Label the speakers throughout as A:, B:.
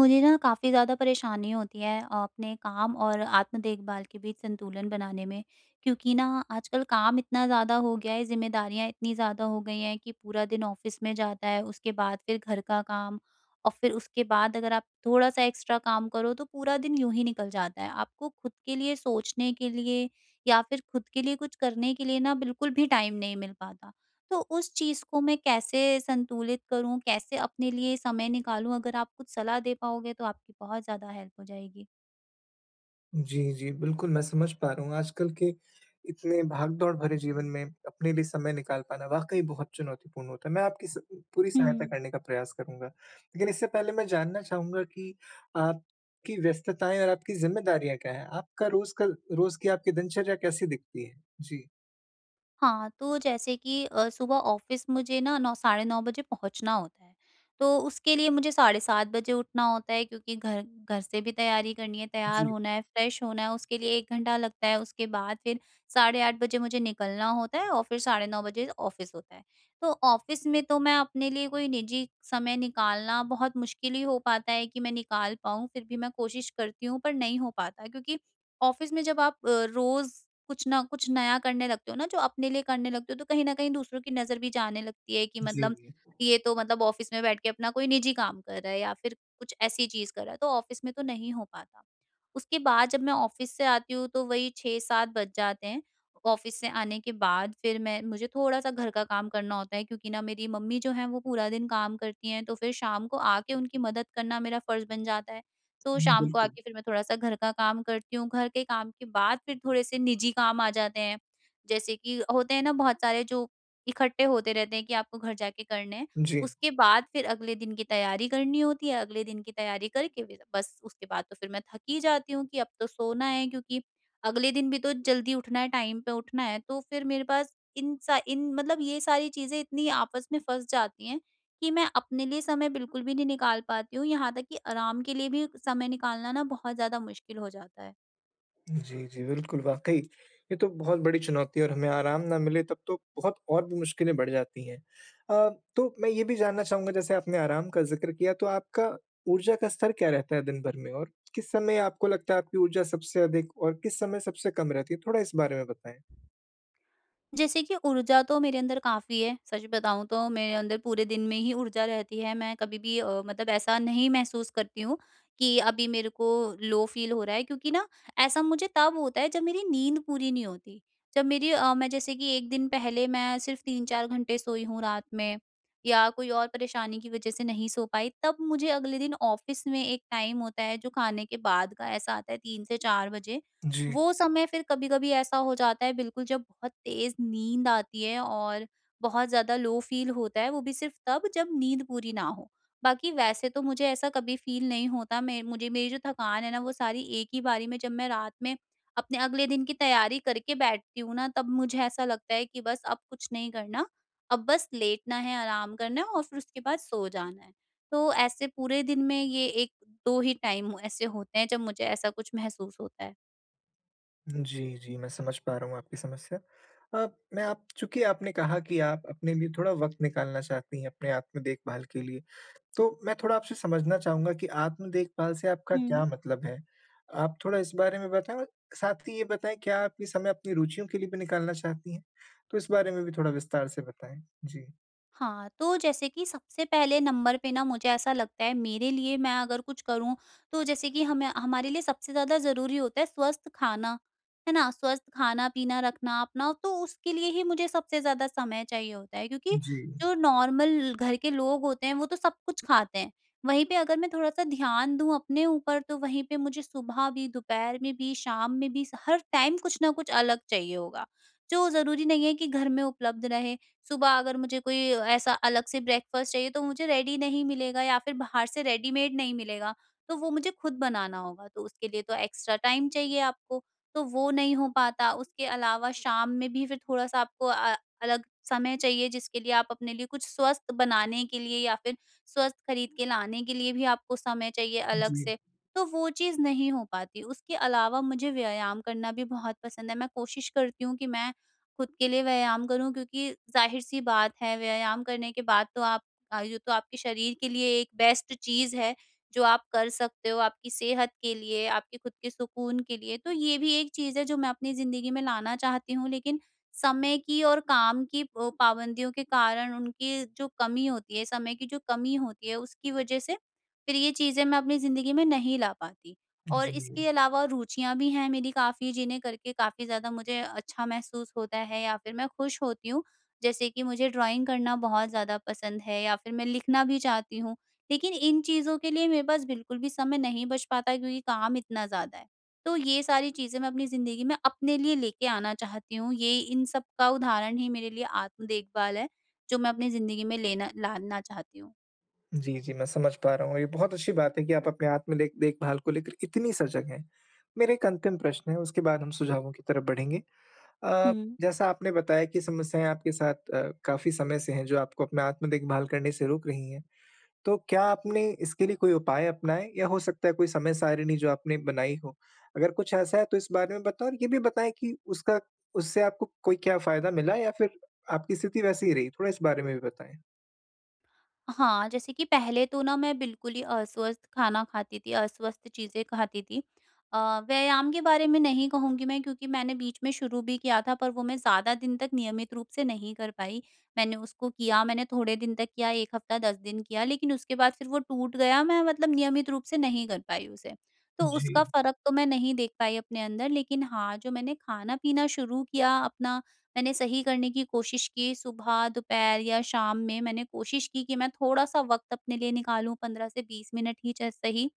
A: मुझे ना काफ़ी ज़्यादा परेशानी होती है अपने काम और आत्म देखभाल के बीच संतुलन बनाने में। क्योंकि ना आजकल काम इतना ज़्यादा हो गया है, जिम्मेदारियां इतनी ज़्यादा हो गई हैं कि पूरा दिन ऑफिस में जाता है, उसके बाद फिर घर का काम। और फिर उसके बाद अगर आप थोड़ा सा एक्स्ट्रा काम करो तो पूरा दिन यूं ही निकल जाता है। आपको खुद के लिए सोचने के लिए या फिर खुद के लिए कुछ करने के लिए ना बिल्कुल भी टाइम नहीं मिल पाता। तो उस चीज़ को मैं कैसे संतुलित करूँ? कैसे अपने लिए समय निकालूँ? अगर आप कुछ सलाह दे पाओगे तो आपकी बहुत ज़्यादा हेल्प हो जाएगी।
B: जी, जी। बिल्कुल, मैं समझ पा रहा हूँ आजकल के इतने भाग-दौड़ भरे जीवन में अपने लिए समय निकाल पाना वाक़ई बहुत चुनौतीपूर्ण होता है। मैं आपकी स पूरी
A: हुँ।
B: सहायता करने का प्रयास करूँगा। लेकिन इससे पहले मैं जानना चाहूँगा कि आपकी व्यस्तताएँ और आपकी ज़िम्मेदारियाँ क्या हैं? आपका रोज़ का रोज़ की आपकी दिनचर्या कैसी दिखती है? जी,
A: हाँ, तो जैसे कि सुबह ऑफ़िस मुझे ना 9 साढ़े 9 बजे पहुँचना होता है, तो उसके लिए मुझे साढ़े 7 बजे उठना होता है। क्योंकि घर घर से भी तैयारी करनी है,
B: जी,
A: तैयार होना है, फ्रेश होना है, उसके लिए 1 घंटा लगता है। उसके बाद फिर साढ़े 8 बजे मुझे निकलना होता है और फिर साढ़े 9 बजे ऑफ़िस होता है। तो ऑफ़िस में तो मैं अपने लिए कोई निजी समय निकालना बहुत मुश्किल ही हो पाता है कि मैं निकाल पाऊँ, फिर भी मैं कोशिश करती हूँ पर नहीं हो पाता। क्योंकि ऑफ़िस में जब आप रोज़ कुछ ना कुछ नया करने लगते हो ना, जो अपने लिए करने लगते हो, तो कहीं न कहीं दूसरों की नज़र भी जाने लगती है कि
B: जी,
A: मतलब
B: जी।
A: ये तो मतलब ऑफ़िस में बैठ के अपना कोई निजी काम कर रहा है या फिर कुछ ऐसी चीज़ कर रहा है, तो ऑफ़िस में तो नहीं हो पाता। उसके बाद जब मैं ऑफ़िस से आती हूँ तो वही 6-7 बज जाते हैं। ऑफ़िस से आने के बाद फिर मैं मुझे थोड़ा-सा घर का काम करना होता है। क्योंकि ना मेरी मम्मी जो हैं वो पूरा दिन काम करती हैं, तो फिर शाम को आके उनकी मदद करना मेरा फ़र्ज़ बन जाता है। तो शाम को
B: बिल्कुल,
A: आके फिर मैं थोड़ा-सा घर का काम करती हूँ। घर के काम के बाद फिर थोड़े से निजी काम आ जाते हैं। जैसे कि होते हैं ना बहुत सारे, जो इकट्ठे होते रहते हैं कि आपको घर जाके करने हैं।
B: जी।
A: उसके बाद फिर अगले दिन की तैयारी करनी होती है। अगले दिन की तैयारी करके फिर बस उसके बाद तो फिर मैं थक ही जाती हूँ कि अब तो सोना है। क्योंकि अगले दिन भी तो जल्दी उठना है, टाइम पे उठना है। तो फिर मेरे पास इन सा इन मतलब ये सारी चीज़ें इतनी आपस में फँस जाती हैं कि मैं अपने लिए समय बिल्कुल भी नहीं निकाल पाती हूँ, यहाँ तक कि आराम के लिए भी समय निकालना ना बहुत ज़्यादा मुश्किल हो जाता है।
B: जी, जी, बिल्कुल, वाक़ई ये तो बहुत बड़ी चुनौती है और हमें आराम ना मिले तब तो बहुत और भी मुश्किलें बढ़ जाती हैं। अ, तो मैं ये भी जानना चाहूँगा, जैसे आपने आराम का ज़िक्र किया, तो आपका ऊर्जा का स्तर क्या रहता है दिन भर में? और किस समय आपको लगता है आपकी ऊर्जा सबसे अधिक और किस समय सबसे कम रहती है? थोड़ा इस बारे में बताएँ।
A: जैसे कि ऊर्जा तो मेरे अंदर काफ़ी है। सच बताऊँ तो मेरे अंदर पूरे दिन में ही ऊर्जा रहती है। मैं कभी भी मतलब ऐसा नहीं महसूस करती हूँ कि अभी मेरे को लो फ़ील हो रहा है। क्योंकि ना ऐसा मुझे तब होता है जब मेरी नींद पूरी नहीं होती। मैं जैसे कि 1 दिन पहले मैं सिर्फ़ 3-4 घंटे सोई हूँ रात में या कोई और परेशानी की वज़ह से नहीं सो पाई, तब मुझे अगले दिन ऑफ़िस में एक टाइम होता है जो खाने के बाद का ऐसा आता है 3 से 4 बजे।
B: जी।
A: वो समय फिर कभी-कभी ऐसा हो जाता है बिल्कुल, जब बहुत तेज़ नींद आती है और बहुत ज़्यादा लो फ़ील होता है, वो भी सिर्फ़ तब जब नींद पूरी ना हो। बाकी वैसे तो मुझे ऐसा कभी फ़ील नहीं होता, मैं मुझे मेरी जो थकान है ना वो सारी एक ही बारी में जब मैं रात में अपने अगले दिन की तैयारी करके बैठती हूँ ना, तब मुझे ऐसा लगता है कि बस अब कुछ नहीं करना, अब बस लेटना है, आराम करना है और फिर उसके बाद सो जाना है। तो ऐसे पूरे दिन में ये 1-2 ही टाइम ऐसे होते हैं जब मुझे ऐसा कुछ महसूस होता है।
B: जी, जी, मैं समझ पा रहा हूँ आपकी समस्या। अ, मैं आप चूँकि आपने कहा कि आप अपने लिए थोड़ा वक़्त निकालना चाहती हैं अपने आत्म देखभाल के लिए, तो मैं थोड़ा आपसे समझना चाहूँगा कि आत्म देखभाल से आपका क्या
A: हुँ।
B: मतलब है? आप थोड़ा इस बारे में बताएँ और साथ ही ये बताएँ, क्या आप ये समय अपनी रुचियों के लिए भी निकालना चाहती हैं? तो इस बारे में भी थोड़ा विस्तार से बताएँ। जी।
A: हाँ, तो जैसे कि सबसे पहले नंबर पे ना मुझे ऐसा लगता है मेरे लिए, मैं अगर कुछ करूँ तो जैसे कि हमें हमारे लिए सबसे ज़्यादा ज़रूरी होता है स्वस्थ खाना, है ना? स्वस्थ खाना-पीना रखना अपना, तो उसके लिए ही मुझे सबसे ज़्यादा समय चाहिए होता है। क्योंकि
B: जी।
A: जो नॉर्मल घर के लोग होते हैं वो तो सब कुछ खाते हैं। वहीं पे अगर मैं थोड़ा-सा ध्यान दूँ अपने ऊपर तो वहीं पे मुझे सुबह भी, दोपहर में भी, शाम में भी, हर टाइम कुछ ना कुछ अलग चाहिए होगा, जो ज़रूरी नहीं है कि घर में उपलब्ध रहे। सुबह अगर मुझे कोई ऐसा अलग से ब्रेकफास्ट चाहिए तो मुझे रेडी नहीं मिलेगा या फिर बाहर से रेडीमेड नहीं मिलेगा, तो वो मुझे खुद बनाना होगा। तो उसके लिए तो एक्स्ट्रा टाइम चाहिए आपको, तो वो नहीं हो पाता। उसके अलावा शाम में भी फिर थोड़ा सा आपको अलग समय चाहिए जिसके लिए आप अपने लिए कुछ स्वस्थ बनाने के लिए या फिर स्वस्थ खरीद के लाने के लिए भी आपको समय चाहिए अलग
B: जी।
A: से। तो वो चीज़ नहीं हो पाती। उसके अलावा मुझे व्यायाम करना भी बहुत पसंद है, मैं कोशिश करती हूँ कि मैं खुद के लिए व्यायाम करूँ। क्योंकि ज़ाहिर-सी बात है, व्यायाम करने के बाद तो आप आयु तो आपके शरीर के लिए एक बेस्ट चीज़ है, जो आप कर सकते हो आपकी सेहत के लिए, आपके खुद के सुकून के लिए। तो ये भी एक चीज़ है जो मैं अपनी ज़िंदगी में लाना चाहती हूँ। लेकिन समय की और काम की पाबंदियों के कारण उनकी जो कमी होती है, समय की जो कमी होती है, उसकी वज़ह से फिर ये चीज़ें मैं अपनी ज़िंदगी में नहीं ला पाती। और
B: जी।
A: इसके अलावा रुचियाँ भी हैं मेरी काफ़ी, जिन्हें करके काफ़ी ज़्यादा मुझे अच्छा महसूस होता है या फिर मैं खुश होती हूँ। जैसे कि मुझे ड्राइंग करना बहुत ज़्यादा पसंद है या फिर मैं लिखना भी चाहती हूँ। लेकिन इन चीज़ों के लिए मेरे पास बिल्कुल भी समय नहीं बच पाता, क्योंकि काम इतना ज़्यादा है। तो ये सारी चीज़ें मैं अपनी ज़िंदगी में अपने लिए लेके आना चाहती हूँ। ये इन सब का उदाहरण ही मेरे लिए आत्म देखभाल है, जो मैं अपनी ज़िंदगी में लेना लाना चाहती हूँ।
B: जी, जी, मैं समझ पा रहा हूँ। ये बहुत अच्छी बात है कि आप अपने आत्म लेख देखभाल को लेकर इतनी सजग हैं। मेरा एक अंतिम प्रश्न है, उसके बाद हम सुझावों की तरफ बढ़ेंगे। अ,
A: हुँ।
B: जैसा आपने बताया कि समस्याएँ आपके साथ काफ़ी समय से हैं, जो आपको अपना आत्म देखभाल करने से रोक रही हैं। तो क्या आपने इसके लिए कोई उपाय अपनाए, या हो सकता है कोई समय सारिणी जो आपने बनाई हो? अगर कुछ ऐसा है तो इस बारे में बताओ और ये भी बताएँ कि उसका उससे आपको कोई क्या फ़ायदा मिला, या फिर आपकी स्थिति वैसी ही रही? थोड़ा इस बारे में भी बताएँ।
A: हाँ, जैसे कि पहले तो ना मैं बिल्कुल ही अस्वस्थ खाना खाती थी, अस्वस्थ चीज़ें खाती थी। अ, व्यायाम के बारे में नहीं कहूँगी मैं, क्योंकि मैंने बीच में शुरू भी किया था पर वो मैं ज़्यादा दिन तक नियमित रूप से नहीं कर पाई। मैंने उसको किया, मैंने थोड़े दिन तक किया, 1 हफ्ता 10 दिन किया, लेकिन उसके बाद फिर वो टूट गया, मैं मतलब नियमित रूप से नहीं कर पाई उसे। तो उसका
B: जी,
A: फ़र्क तो मैं नहीं देख पाई अपने अंदर, लेकिन हाँ, जो मैंने खाना-पीना शुरू किया अपना, मैंने सही करने की कोशिश की, सुबह, दोपहर या शाम में मैंने कोशिश की कि मैं थोड़ा-सा वक़्त अपने लिए निकालूँ 15 से 20 मिनट ही च सही।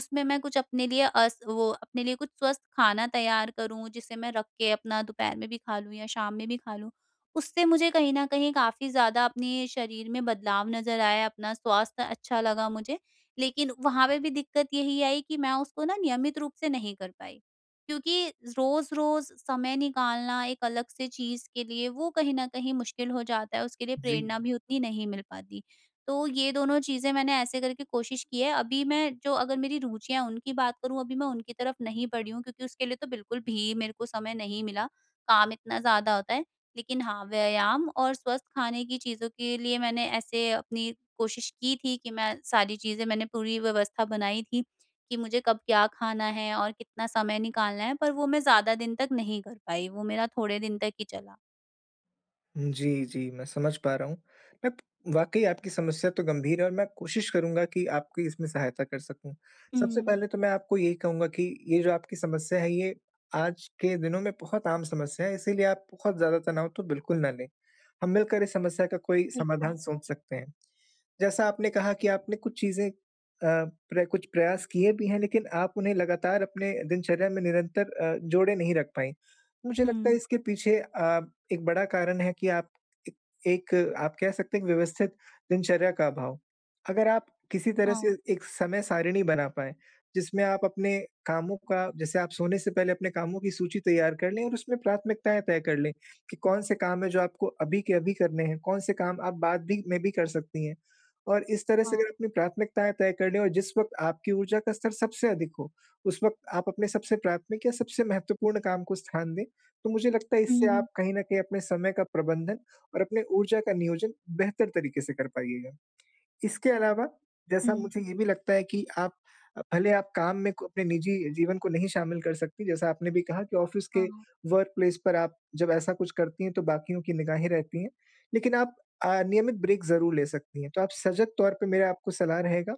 A: उसमें मैं कुछ अपने लिए अस वो अपने लिए कुछ स्वस्थ खाना तैयार करूँ, जिसे मैं रख के अपना दोपहर में भी खा लूँ या शाम में भी खा लूँ। उससे मुझे कहीं न कहीं काफ़ी ज़्यादा अपने शरीर में बदलाव नज़र आया, अपना स्वास्थ्य अच्छा लगा मुझे। लेकिन वहाँ पे भी दिक्कत यही आई कि मैं उसको ना नियमित रूप से नहीं कर पाई। क्योंकि रोज-रोज समय निकालना एक अलग से चीज़ के लिए वो कहीं न कहीं मुश्किल हो जाता है, उसके लिए
B: जी।
A: प्रेरणा भी उतनी नहीं मिल पाती। तो ये दोनों चीज़ें मैंने ऐसे करके कोशिश की है। अभी मैं जो अगर मेरी रुचियाँ उनकी बात करूँ, अभी मैं उनकी तरफ नहीं बढ़ी हूँ, क्योंकि उसके लिए तो बिल्कुल भी मेरे को समय नहीं मिला, काम इतना ज़्यादा होता है। लेकिन हाँ, व्यायाम और स्वस्थ खाने की चीज़ों के लिए मैंने ऐसे अपनी कोशिश की थी कि मैं सारी चीज़ें मैंने पूरी व्यवस्था बनाई थी। कि मुझे कब क्या खाना है और कितना समय निकालना है, पर वो मैं ज़्यादा दिन तक नहीं कर पाई, वो मेरा थोड़े दिन तक ही चला।
B: जी, जी, मैं समझ पा रहा हूँ। मैं वाक़ई आपकी समस्या तो गंभीर है, और मैं कोशिश करूँगा कि आपकी इसमें सहायता कर सकूँ। सबसे
A: हुँ,
B: पहले तो मैं आपको यही कहूँगा कि ये जो आपकी समस्या है, ये आज के दिनों में बहुत आम समस्या है, इसीलिए आप बहुत ज़्यादा तनाव तो बिल्कुल ना लें। हम मिलकर इस समस्या का कोई
A: ठीक
B: समाधान
A: है।
B: सोच सकते हैं। जैसा आपने कहा कि आपने कुछ चीज़ें प्र कुछ प्रयास किए भी हैं, लेकिन आप उन्हें लगातार अपने दिनचर्या में निरंतर जोड़े नहीं रख पाईं। मुझे
A: हुँ।
B: लगता है इसके पीछे एक बड़ा कारण है कि आप, एक एक आप कह सकते हैं कि, व्यवस्थित दिनचर्या का अभाव। अगर आप किसी तरह
A: हाँ,
B: से एक समय सारिणी बना पाएँ, जिसमें आप अपने कामों का, जैसे आप सोने से पहले अपने कामों की सूची तैयार कर लें और उसमें प्राथमिकताएँ तय कर लें, कि कौन से काम हैं जो आपको अभी के अभी करने हैं, कौन से काम आप बाद भी में भी कर सकती हैं। और इस तरह से अगर
A: हाँ।
B: अपनी प्राथमिकताएँ तय कर लें और जिस वक़्त आपकी ऊर्जा का स्तर सबसे अधिक हो, उस वक़्त आप अपने सबसे प्राथमिक या सबसे महत्वपूर्ण काम को स्थान दें, तो मुझे लगता है इससे
A: हुँ, हुँ,
B: आप कहीं न कहीं अपने समय का प्रबंधन और अपने ऊर्जा का नियोजन बेहतर तरीके से कर पाइएगा। इसके अलावा, जैसा
A: हुँ।
B: मुझे ये भी लगता है कि आप, भले आप काम में को अपने निजी जीवन को नहीं शामिल कर सकती, जैसा आपने भी कहा कि ऑफ़िस के
A: हाँ,
B: वर्क प्लेस पर आप जब ऐसा कुछ करती हैं, तो बाकियों की निगाहें रहती हैं। लेकिन आप नियमित ब्रेक ज़रूर ले सकती हैं। तो आप सजग तौर पे, मेरा आपको सलाह रहेगा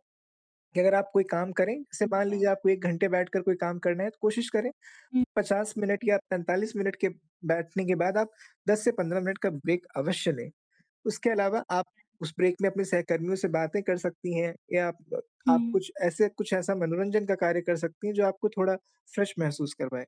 B: कि अगर आप कोई काम करें, जैसे
A: ठीक
B: मान
A: है।
B: लीजिए आपको 1 घंटे बैठकर कोई काम करना है, तो कोशिश करें
A: हुँ,
B: 50 मिनट या 45 मिनट के बैठने के बाद आप 10 से 15 मिनट का ब्रेक अवश्य लें। उसके अलावा आप उस ब्रेक में अपने सहकर्मियों से बातें कर सकती हैं, या आप
A: हुँ।
B: आप कुछ ऐसा मनोरंजन का कार्य कर सकती हैं जो आपको थोड़ा फ्रेश महसूस करवाए।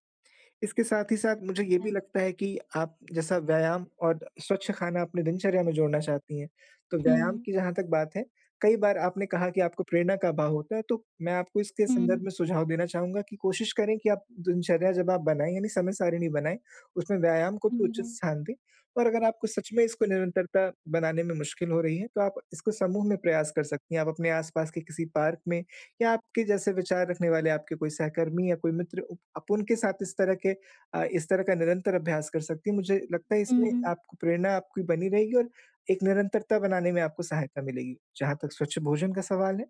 B: इसके साथ ही साथ मुझे ये भी
A: है।
B: लगता है कि आप जैसा व्यायाम और स्वच्छ खाना अपने दिनचर्या में जोड़ना चाहती हैं, तो व्यायाम
A: हुँ,
B: की जहाँ तक बात है, कई बार आपने कहा कि आपको प्रेरणा का अभाव होता है, तो मैं आपको इसके संदर्भ
A: हुँ,
B: में सुझाव देना चाहूँगा कि कोशिश करें कि आप दिनचर्या जब आप बनाएँ, यानी समय सारिणी बनाएँ, उसमें व्यायाम को भी
A: हुँ,
B: उचित
A: हुँ,
B: स्थान दें, और अगर आपको सच में इसको निरंतरता बनाने में मुश्किल हो रही है, तो आप इसको समूह में प्रयास कर सकती हैं। आप अपने आस-पास के किसी पार्क में, या आपके जैसे विचार रखने वाले आपके कोई सहकर्मी या कोई मित्र, उप आप उनके साथ इस तरह के इस तरह का निरंतर अभ्यास कर सकती हैं। मुझे लगता है
A: हुँ,
B: इसमें
A: हुँ,
B: आपको प्रेरणा आपकी बनी रहेगी और एक निरंतरता बनाने में आपको सहायता मिलेगी। जहाँ तक स्वच्छ भोजन का सवाल है,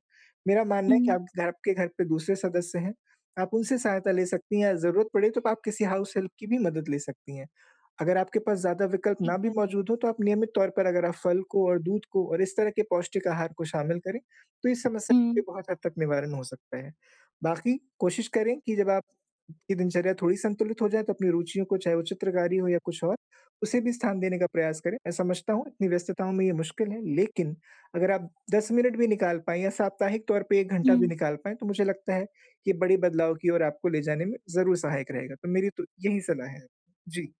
B: मेरा मानना है कि
A: हुँ,
B: आप घर आपके घर पे दूसरे सदस्य हैं, आप उनसे सहायता ले सकती हैं, या ज़रूरत पड़े तो आप किसी हाउस हेल्प की भी मदद ले सकती हैं। अगर आपके पास ज़्यादा विकल्प
A: ठीक
B: ना भी
A: है।
B: मौजूद हो, तो आप नियमित तौर पर अगर आप फल को और दूध को और इस तरह के पौष्टिक आहार को शामिल करें, तो इस समस्या ये
A: हुँ,
B: बहुत हद तक निवारण हो सकता है। बाकी कोशिश करें कि जब आप की दिनचर्या थोड़ी संतुलित हो जाए, तो अपनी रुचियों को, चाहे वो चित्रकारी हो या कुछ और, उसे भी स्थान देने का प्रयास करें। मैं समझता हूँ इतनी व्यस्तताओं में ये मुश्किल है, लेकिन अगर आप 10 मिनट भी निकाल पाएँ, या साप्ताहिक तौर पे 1 घंटा भी
A: हुँ।
B: निकाल पाएँ, तो मुझे लगता है, ये बड़े बदलाव की ओर आपको ले जाने में ज़रूर सहायक रहेगा। तो मेरी तो यही सलाह है। जी।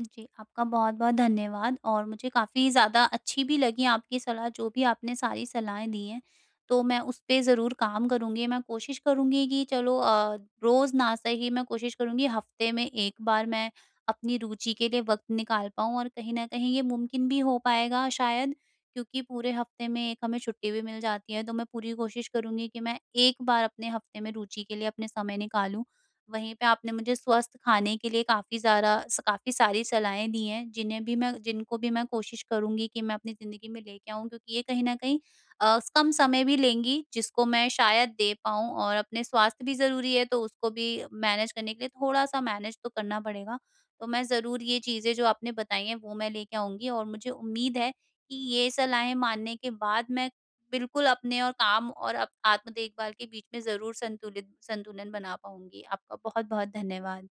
A: जी, आपका बहुत-बहुत धन्यवाद और मुझे काफ़ी ज़्यादा अच्छी भी लगी आपकी सलाह, जो भी आपने सारी सलाहें दी हैं, तो मैं उस पे ज़रूर काम करूँगी। मैं कोशिश करूँगी कि चलो रोज़ ना सही, मैं कोशिश करूँगी हफ्ते में 1 बार मैं अपनी रुचि के लिए वक़्त निकाल पाऊँ और कहीं न कहीं ये मुमकिन भी हो पाएगा शायद, क्योंकि पूरे हफ्ते में 1 हमें छुट्टी भी मिल जाती है, तो मैं पूरी कोशिश करूँगी कि मैं 1 बार अपने हफ्ते में रुचि के लिए अपने समय निकालूँ। वहीं पे आपने मुझे स्वस्थ खाने के लिए काफ़ी ज़्यादा स काफ़ी सारी सलाहें दी हैं, जिन्हें भी मैं जिनको भी मैं कोशिश करूँगी कि मैं अपनी ज़िंदगी में लेके आऊँ, क्योंकि ये कहीं न कहीं कम समय भी लेंगी, जिसको मैं शायद दे पाऊँ। और अपने स्वास्थ्य भी ज़रूरी है, तो उसको भी मैनेज करने के लिए थोड़ा-सा मैनेज तो करना पड़ेगा। तो मैं ज़रूर ये चीज़ें जो आपने बताई हैं, वो मैं लेके आऊँगी और मुझे उम्मीद है कि ये सलाहें मानने के बाद मैं बिल्कुल, अपने और काम और अप आत्म देखभाल के बीच में ज़रूर संतुलित संतुलन बना पाऊँगी। आपका बहुत-बहुत धन्यवाद।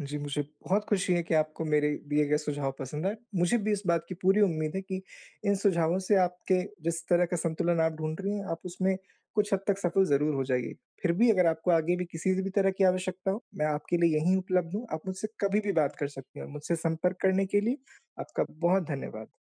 B: जी, मुझे बहुत खुशी है कि आपको मेरे दिए गए सुझाव पसंद आए। मुझे भी इस बात की पूरी उम्मीद है कि इन सुझावों से, आपके जिस तरह का संतुलन आप ढूँढ रही हैं, आप उसमें कुछ हद तक सफल ज़रूर हो जाइए। फिर भी अगर आपको आगे भी किसी भी तरह की आवश्यकता हो, मैं आपके लिए यहीं उपलब्ध हूँ। आप मुझसे कभी भी बात कर सकती हैं। मुझसे संपर्क करने के लिए आपका बहुत धन्यवाद।